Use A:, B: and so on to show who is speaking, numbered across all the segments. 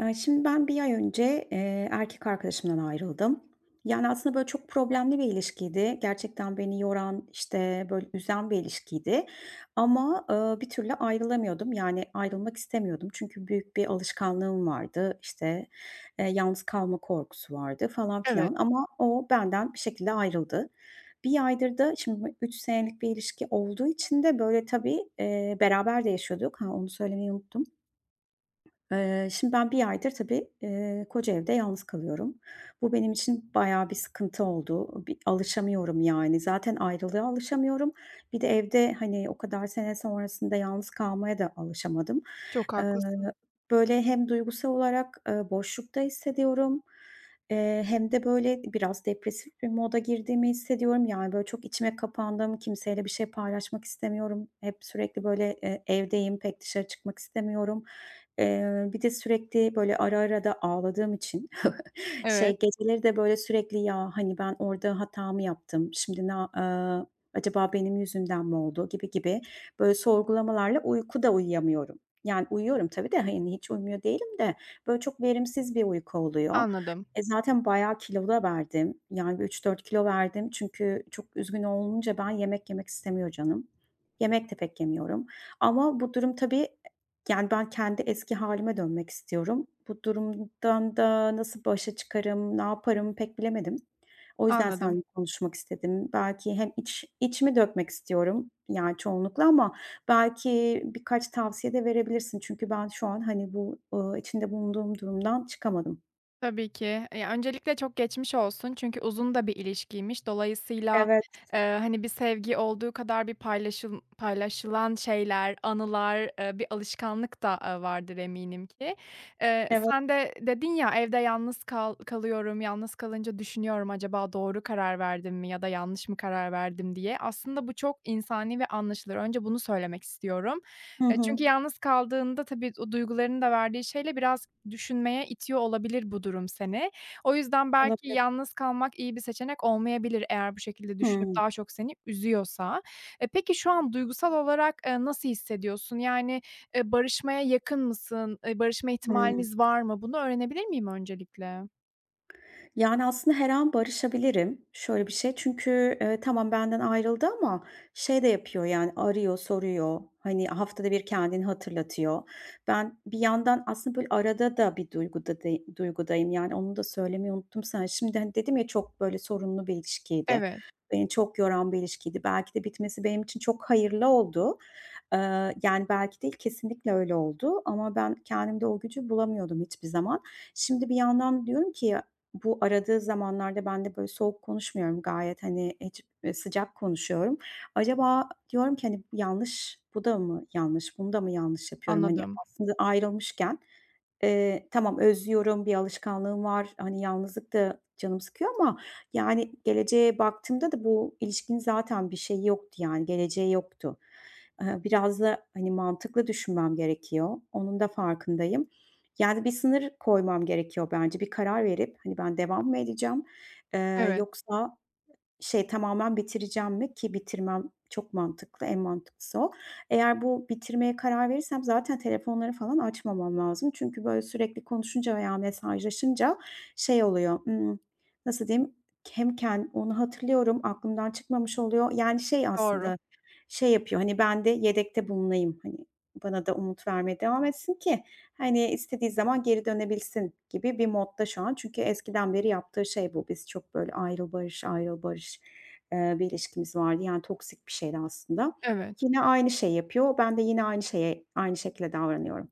A: Şimdi ben bir ay önce, erkek arkadaşımdan ayrıldım. Yani, aslında, böyle, çok problemli bir ilişkiydi. Gerçekten beni yoran, işte, böyle, üzen bir ilişkiydi ama, bir türlü ayrılamıyordum. Yani, ayrılmak istemiyordum çünkü büyük bir alışkanlığım vardı. İşte, yalnız kalma korkusu vardı falan
B: Evet,
A: filan ama o benden bir şekilde ayrıldı. Bir aydır da şimdi 3 senelik bir ilişki olduğu için de, böyle, tabii, beraber de yaşıyorduk. Ha, onu söylemeyi unuttum. Şimdi ben bir aydır tabii, koca evde yalnız kalıyorum. Bu benim için bayağı bir sıkıntı oldu. Bir alışamıyorum yani. Zaten ayrılığa alışamıyorum. Bir de evde, hani, o kadar sene sonrasında yalnız kalmaya da alışamadım.
B: çok
A: Eee,
B: haklısın.
A: Böyle hem duygusal olarak, boşlukta hissediyorum, hem de böyle biraz depresif bir moda girdiğimi hissediyorum. Yani, böyle çok içime kapandım, kimseyle bir şey paylaşmak istemiyorum. Hep sürekli böyle, evdeyim, pek dışarı çıkmak istemiyorum. Bir de sürekli böyle ara ara da ağladığım için
B: Evet,
A: şey, geceleri de böyle sürekli "Ya, hani, ben orada hata mı yaptım? Şimdi ne acaba benim yüzümden mi oldu?" gibi gibi böyle sorgulamalarla uyku da uyuyamıyorum. Yani uyuyorum tabii de, hani, hiç uyumuyor değilim de böyle çok verimsiz bir uyku oluyor.
B: anladım,
A: E, zaten bayağı kilo da verdim. Yani bir 3-4 kilo verdim çünkü çok üzgün olunca ben yemek yemek istemiyor canım. Yemek de pek yemiyorum ama bu durum tabii yani, ben kendi eski halime dönmek istiyorum. Bu durumdan da nasıl başa çıkarım, ne yaparım pek bilemedim. O yüzden
B: anladım.
A: seninle konuşmak istedim. Belki hem içimi dökmek istiyorum, yani, çoğunlukla ama belki birkaç tavsiye de verebilirsin. Çünkü ben şu an, hani, bu, içinde bulunduğum durumdan çıkamadım.
B: Tabii ki. Ya, öncelikle çok geçmiş olsun çünkü uzun da bir ilişkiymiş. Dolayısıyla,
A: Evet,
B: hani, bir sevgi olduğu kadar bir paylaşılan şeyler, anılar, bir alışkanlık da, vardır eminim ki.
A: evet.
B: Sen de dedin ya, "Evde yalnız kalıyorum, yalnız kalınca düşünüyorum acaba doğru karar verdim mi ya da yanlış mı karar verdim?" diye. Aslında bu çok insani ve anlaşılır. Önce bunu söylemek istiyorum.
A: Hı
B: Eee,
A: hı.
B: çünkü yalnız kaldığında tabii o duygularının da verdiği şeyle biraz düşünmeye itiyor olabilir bu durum seni. O yüzden belki
A: Olabilir.
B: yalnız kalmak iyi bir seçenek olmayabilir eğer bu şekilde düşünüp
A: Hıı.
B: daha çok seni üzüyorsa. E, peki şu an duygusal olarak, nasıl hissediyorsun? Yani, barışmaya yakın mısın? Barışma
A: Hı.
B: ihtimaliniz var mı? Bunu öğrenebilir miyim öncelikle?
A: Yani, aslında her an barışabilirim. Şöyle bir şey, çünkü, tamam benden ayrıldı ama şey de yapıyor, yani, arıyor, soruyor. Hani, haftada bir kendini hatırlatıyor. Ben bir yandan aslında böyle arada da bir duygudayım. Yani, onu da söylemeyi unuttum sana. Şimdi, hani, dedim ya çok böyle sorunlu bir ilişkiydi.
B: Evet,
A: Beni çok yoran bir ilişkiydi. Belki de bitmesi benim için çok hayırlı oldu. Yani, belki değil, kesinlikle öyle oldu ama ben kendimde o gücü bulamıyordum hiçbir zaman. Şimdi bir yandan diyorum ki, bu aradığı zamanlarda ben de böyle soğuk konuşmuyorum gayet, hani, hiç, sıcak konuşuyorum. Acaba diyorum ki, hani, yanlış, bu da mı yanlış, bunu da mı yanlış yapıyorum? Hani,
B: anladım.
A: aslında ayrılmışken, tamam özlüyorum, bir alışkanlığım var, hani, yalnızlık da canımı sıkıyor ama, yani, geleceğe baktığımda da bu ilişkinin zaten bir şey yoktu, yani, geleceği yoktu. Biraz da, hani, mantıklı düşünmem gerekiyor. Onun da farkındayım. Yani, bir sınır koymam gerekiyor bence. Bir karar verip, hani, ben devam mı edeceğim,
B: Evet,
A: yoksa, şey, tamamen bitireceğim mi ki bitirmem çok mantıklı, en mantıklısı o. Eğer bu bitirmeye karar verirsem zaten telefonları falan açmamam lazım. Çünkü, böyle, sürekli konuşunca veya mesajlaşınca şey oluyor, nasıl diyeyim, hem onu hatırlıyorum, aklımdan çıkmamış oluyor. Yani, şey
B: doğru.
A: aslında, şey yapıyor, hani, ben de yedekte bulunayım, hani. Bana da umut vermeye devam etsin ki, hani, istediği zaman geri dönebilsin gibi bir modda şu an. Çünkü eskiden beri yaptığı şey bu. Biz çok böyle ayrıl barış, ayrıl barış, bir ilişkimiz vardı. Yani toksik bir şeydi aslında.
B: Evet.
A: Yine aynı şey yapıyor. Ben de yine aynı şeye aynı şekilde davranıyorum.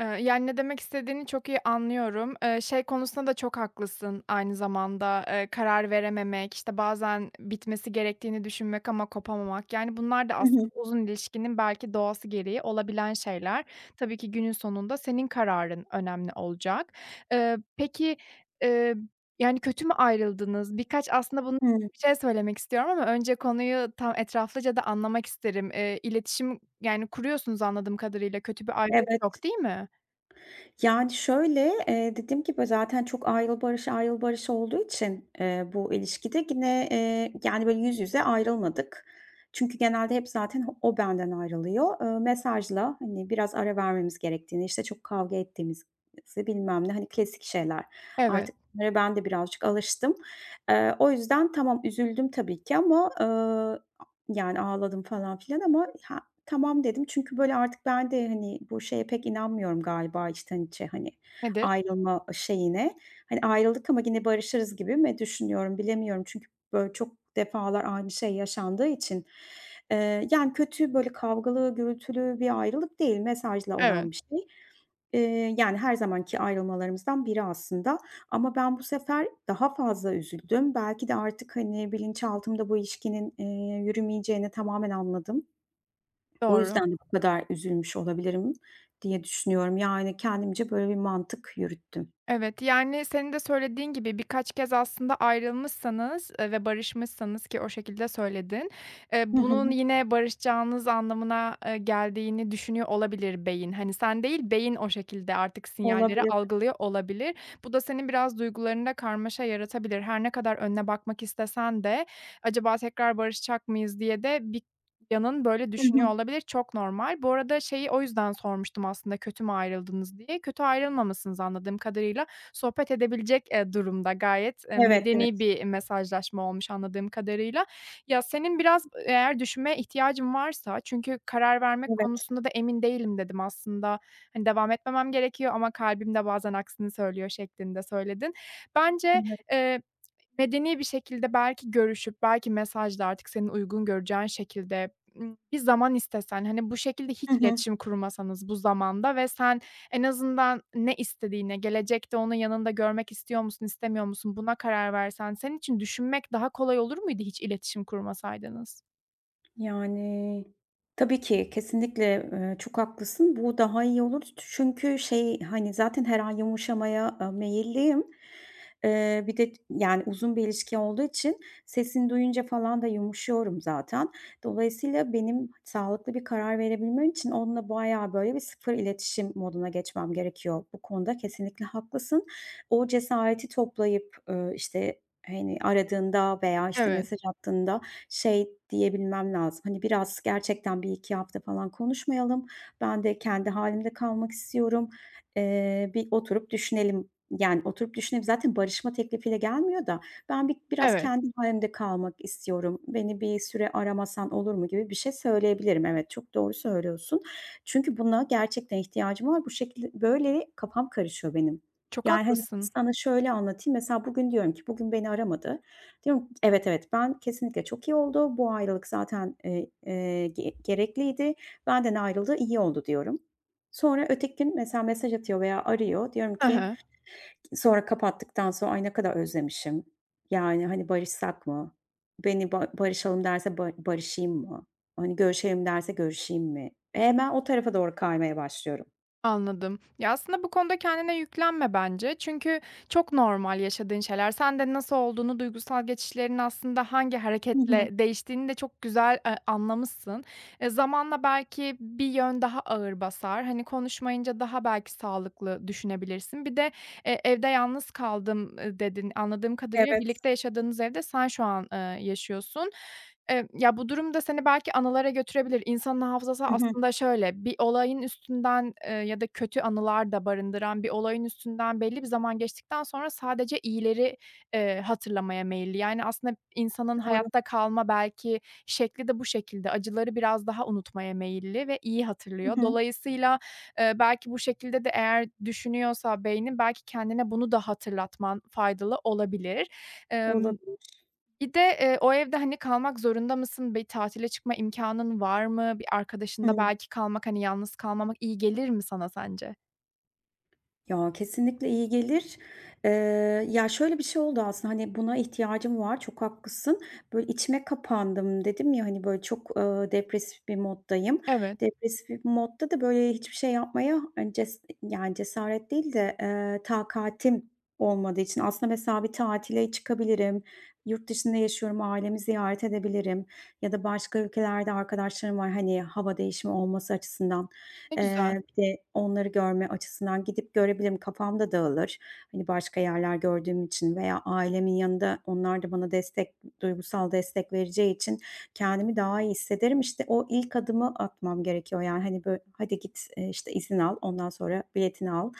B: Yani, ne demek istediğini çok iyi anlıyorum. Şey konusunda da çok haklısın aynı zamanda, karar verememek, işte, bazen bitmesi gerektiğini düşünmek ama kopamamak, yani, bunlar da
A: Hı hı.
B: aslında uzun ilişkinin belki doğası gereği olabilen şeyler. Tabii ki günün sonunda senin kararın önemli olacak. Peki, eee, yani, kötü mü ayrıldınız? Birkaç aslında bunu
A: Hıı.
B: bir şey söylemek istiyorum ama önce konuyu tam etraflıca da anlamak isterim. İletişim, yani, kuruyorsunuz anladığım kadarıyla, kötü bir ayrılık
A: Evet.
B: yok, değil mi?
A: Yani, şöyle, dediğim gibi zaten çok ayrıl barış ayrıl barış olduğu için, bu ilişkide yine, yani, böyle, yüz yüze ayrılmadık. Çünkü genelde hep zaten o benden ayrılıyor. Mesajla, hani, biraz ara vermemiz gerektiğini, işte, çok kavga ettiğimizi bilmem ne, hani, klasik şeyler.
B: Evet.
A: Artık bunlara ben de birazcık alıştım. O yüzden tamam üzüldüm tabii ki ama, yani, ağladım falan filan ama tamam dedim çünkü böyle artık ben de, hani, bu şeye pek inanmıyorum galiba içten içe, hani,
B: Nedir?
A: ayrılma şeyine. Hani, ayrıldık ama yine barışırız gibi mi düşünüyorum, bilemiyorum. Çünkü böyle çok defalar aynı şey yaşandığı için. Yani kötü, böyle kavgalı, gürültülü bir ayrılık değil, mesajla
B: Evet,
A: olan bir şey. Yani her zamanki ayrılmalarımızdan biri aslında ama ben bu sefer daha fazla üzüldüm. Belki de artık, hani, bilinçaltımda bu ilişkinin, yürümeyeceğini tamamen anladım. O
B: doğru.
A: yüzden de bu kadar üzülmüş olabilirim diye düşünüyorum. Yani, kendimce böyle bir mantık yürüttüm.
B: Evet, yani, senin de söylediğin gibi birkaç kez aslında ayrılmışsanız, ve barışmışsanız ki o şekilde söyledin,
A: Hı
B: bunun
A: hı.
B: yine barışacağınız anlamına, geldiğini düşünüyor olabilir beyin. Hani, sen değil, beyin o şekilde artık sinyalleri
A: Olabilir.
B: algılıyor olabilir. Bu da senin biraz duygularında karmaşa yaratabilir. Her ne kadar önüne bakmak istesen de acaba tekrar barışacak mıyız diye de bir Yanın böyle
A: Hı
B: düşünüyor
A: hı.
B: olabilir. Çok normal. Bu arada şeyi o yüzden sormuştum aslında kötü mü ayrıldınız diye. Kötü ayrılmamışsınız anladığım kadarıyla. Sohbet edebilecek, durumda. Gayet,
A: Evet, evet.
B: medeni bir mesajlaşma olmuş anladığım kadarıyla. Ya, senin biraz eğer düşünmeye ihtiyacın varsa çünkü karar vermek
A: Evet,
B: konusunda da emin değilim dedim aslında. Hani, devam etmemem gerekiyor ama kalbim de bazen aksini söylüyor şeklinde söyledin. Bence,
A: evet.
B: eee, medeni bir şekilde belki görüşüp belki mesajla artık senin uygun göreceğin şekilde bir zaman istesen, hani, bu şekilde
A: Hı
B: hiç
A: hı.
B: iletişim kurmasanız bu zamanda ve sen en azından ne istediğine, gelecekte onu yanında görmek istiyor musun, istemiyor musun buna karar versen senin için düşünmek daha kolay olur muydu hiç iletişim kurmasaydınız?
A: Yani, tabii ki kesinlikle, çok haklısın. Bu daha iyi olur. Çünkü şey, hani, zaten her an yumuşamaya, meyilliyim. Bir de yani uzun bir ilişki olduğu için sesini duyunca falan da yumuşuyorum zaten. Dolayısıyla benim sağlıklı bir karar verebilmem için onunla bayağı böyle bir sıfır iletişim moduna geçmem gerekiyor. Bu konuda kesinlikle haklısın. O cesareti toplayıp, işte, hani, aradığında veya, işte,
B: Evet,
A: mesaj attığında şey diyebilmem lazım, hani, biraz gerçekten bir iki hafta falan konuşmayalım. Ben de kendi halimde kalmak istiyorum. Bir oturup düşünelim. Yani, oturup düşünelim zaten barışma teklifiyle gelmiyor da ben biraz
B: evet.
A: kendi halimde kalmak istiyorum. Beni bir süre aramasan olur mu gibi bir şey söyleyebilirim. Evet, çok doğru söylüyorsun. Çünkü buna gerçekten ihtiyacım var. Bu şekilde böyle kafam karışıyor benim.
B: Çok
A: Yani, hani,
B: haklısın.
A: sana şöyle anlatayım. Mesela bugün diyorum ki, "Bugün beni aramadı." Diyorum, evet, evet, ben kesinlikle çok iyi oldu. Bu ayrılık zaten, ge gerekliydi. Benden ayrıldı, iyi oldu diyorum. Sonra öteki gün mesela mesaj atıyor veya arıyor. Diyorum
B: Hı
A: ki
B: hı.
A: sonra kapattıktan sonra, "Ay, ne kadar özlemişim. Yani, hani, barışsak mı? Beni barışalım derse barışayım mı? Hani, görüşelim derse görüşeyim mi?" E, hemen o tarafa doğru kaymaya başlıyorum.
B: Anladım. Ya, aslında bu konuda kendine yüklenme bence. Çünkü çok normal yaşadığın şeyler. Sen de nasıl olduğunu, duygusal geçişlerin aslında hangi
A: Hı
B: hareketle
A: hı.
B: değiştiğini de çok güzel, anlamışsın. Zamanla belki bir yön daha ağır basar. Hani, konuşmayınca daha belki sağlıklı düşünebilirsin. Bir de, "Evde yalnız kaldım." Dedin. Anladığım kadarıyla
A: Evet.
B: birlikte yaşadığınız evde sen şu an, yaşıyorsun. Ya, bu durumda seni belki anılara götürebilir. İnsanın hafızası
A: Hı hı.
B: aslında şöyle, bir olayın üstünden, ya da kötü anılar da barındıran bir olayın üstünden belli bir zaman geçtikten sonra sadece iyileri, hatırlamaya meyilli. Yani, aslında insanın
A: Doğru.
B: hayatta kalma belki şekli de bu şekilde. Acıları biraz daha unutmaya meyilli ve iyi
A: Hı
B: hatırlıyor.
A: hı.
B: Dolayısıyla, belki bu şekilde de eğer düşünüyorsa beynin belki kendine bunu da hatırlatman faydalı olabilir. Emm
A: Olabilir.
B: Bir de, o evde, hani, kalmak zorunda mısın? Bir tatile çıkma imkanın var mı? Bir arkadaşında
A: Hı.
B: belki kalmak, hani, yalnız kalmamak iyi gelir mi sana sence?
A: Ya, kesinlikle iyi gelir. Eee, Ya, şöyle bir şey oldu aslında, hani, buna ihtiyacım var, çok haklısın. Böyle içime kapandım dedim ya, hani, böyle çok, depresif bir moddayım.
B: Evet.
A: Depresif bir modda da böyle hiçbir şey yapmaya, hani, yani, cesaret değil de, takatim olmadığı için aslında mesela bir tatile çıkabilirim. Yurt dışında yaşıyorum, ailemi ziyaret edebilirim ya da başka ülkelerde arkadaşlarım var, hani, hava değişimi olması açısından.
B: Ne güzel.
A: Bir de onları görme açısından gidip görebilirim. Kafam da dağılır. Hani, başka yerler gördüğüm için veya ailemin yanında onlar da bana destek, duygusal destek vereceği için kendimi daha iyi hissederim. İşte, o ilk adımı atmam gerekiyor. Yani, hani, böyle, "Hadi git, işte, izin al, ondan sonra biletini al."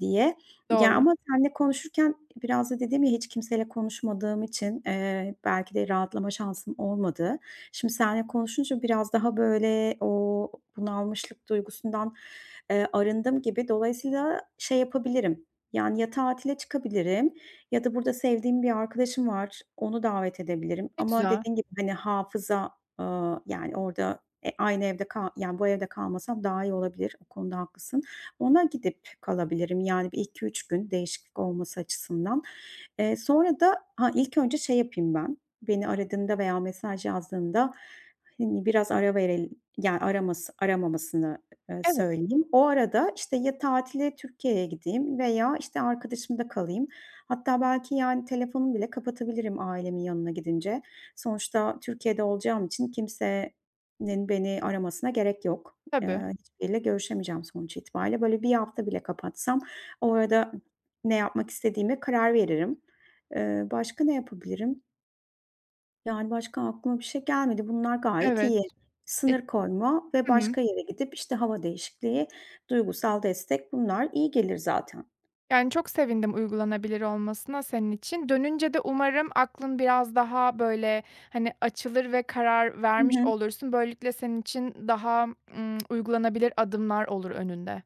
A: diye. Ya,
B: Doğru.
A: ama seninle konuşurken biraz da dedim ya, hiç kimseyle konuşmadığım için, belki de rahatlama şansım olmadı. Şimdi seninle konuşunca biraz daha, böyle, o bunalmışlık duygusundan, arındım gibi. Dolayısıyla şey yapabilirim, yani, ya tatile çıkabilirim ya da burada sevdiğim bir arkadaşım var, onu davet edebilirim
B: Ne
A: ama
B: güzel.
A: dediğin gibi, hani, hafıza, yani, orada, aynı evde yani, bu evde kalmasam daha iyi olabilir. O konuda haklısın. Ona gidip kalabilirim, yani, bir iki üç gün değişiklik olması açısından. Sonra da ha, ilk önce şey yapayım ben, beni aradığında veya mesaj yazdığında, hani, biraz ara yani, araması aramamasını,
B: Evet,
A: söyleyeyim. O arada, işte, ya tatile Türkiye'ye gideyim veya, işte, arkadaşımda kalayım. Hatta belki, yani, telefonumu bile kapatabilirim ailemin yanına gidince. Sonuçta Türkiye'de olacağım için kimsenin beni aramasına gerek yok.
B: tabii.
A: Hiçbiriyle görüşemeyeceğim sonuç itibariyle. Böyle bir hafta bile kapatsam o arada ne yapmak istediğime karar veririm. Başka ne yapabilirim? Yani, başka aklıma bir şey gelmedi. Bunlar gayet
B: Evet.
A: iyi.
B: E.
A: Sınır koyma ve
B: Hı hı.
A: başka yere gidip, işte, hava değişikliği, duygusal destek bunlar iyi gelir zaten.
B: Yani, çok sevindim uygulanabilir olmasına senin için. Dönünce de umarım aklın biraz daha, böyle, hani, açılır ve karar
A: Hı
B: vermiş
A: hı.
B: olursun. Böylelikle senin için daha, uygulanabilir adımlar olur önünde.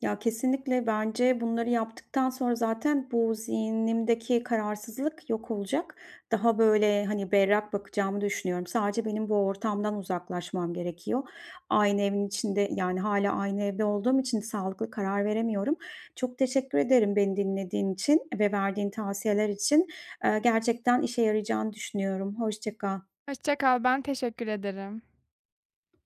A: Ya, kesinlikle bence bunları yaptıktan sonra zaten bu zihnimdeki kararsızlık yok olacak. Daha, böyle, hani, berrak bakacağımı düşünüyorum. Sadece benim bu ortamdan uzaklaşmam gerekiyor. Aynı evin içinde, yani, hala aynı evde olduğum için sağlıklı karar veremiyorum. Çok teşekkür ederim beni dinlediğin için ve verdiğin tavsiyeler için. Gerçekten işe yarayacağını düşünüyorum. Hoşça kal.
B: Hoşça kal. Ben teşekkür ederim.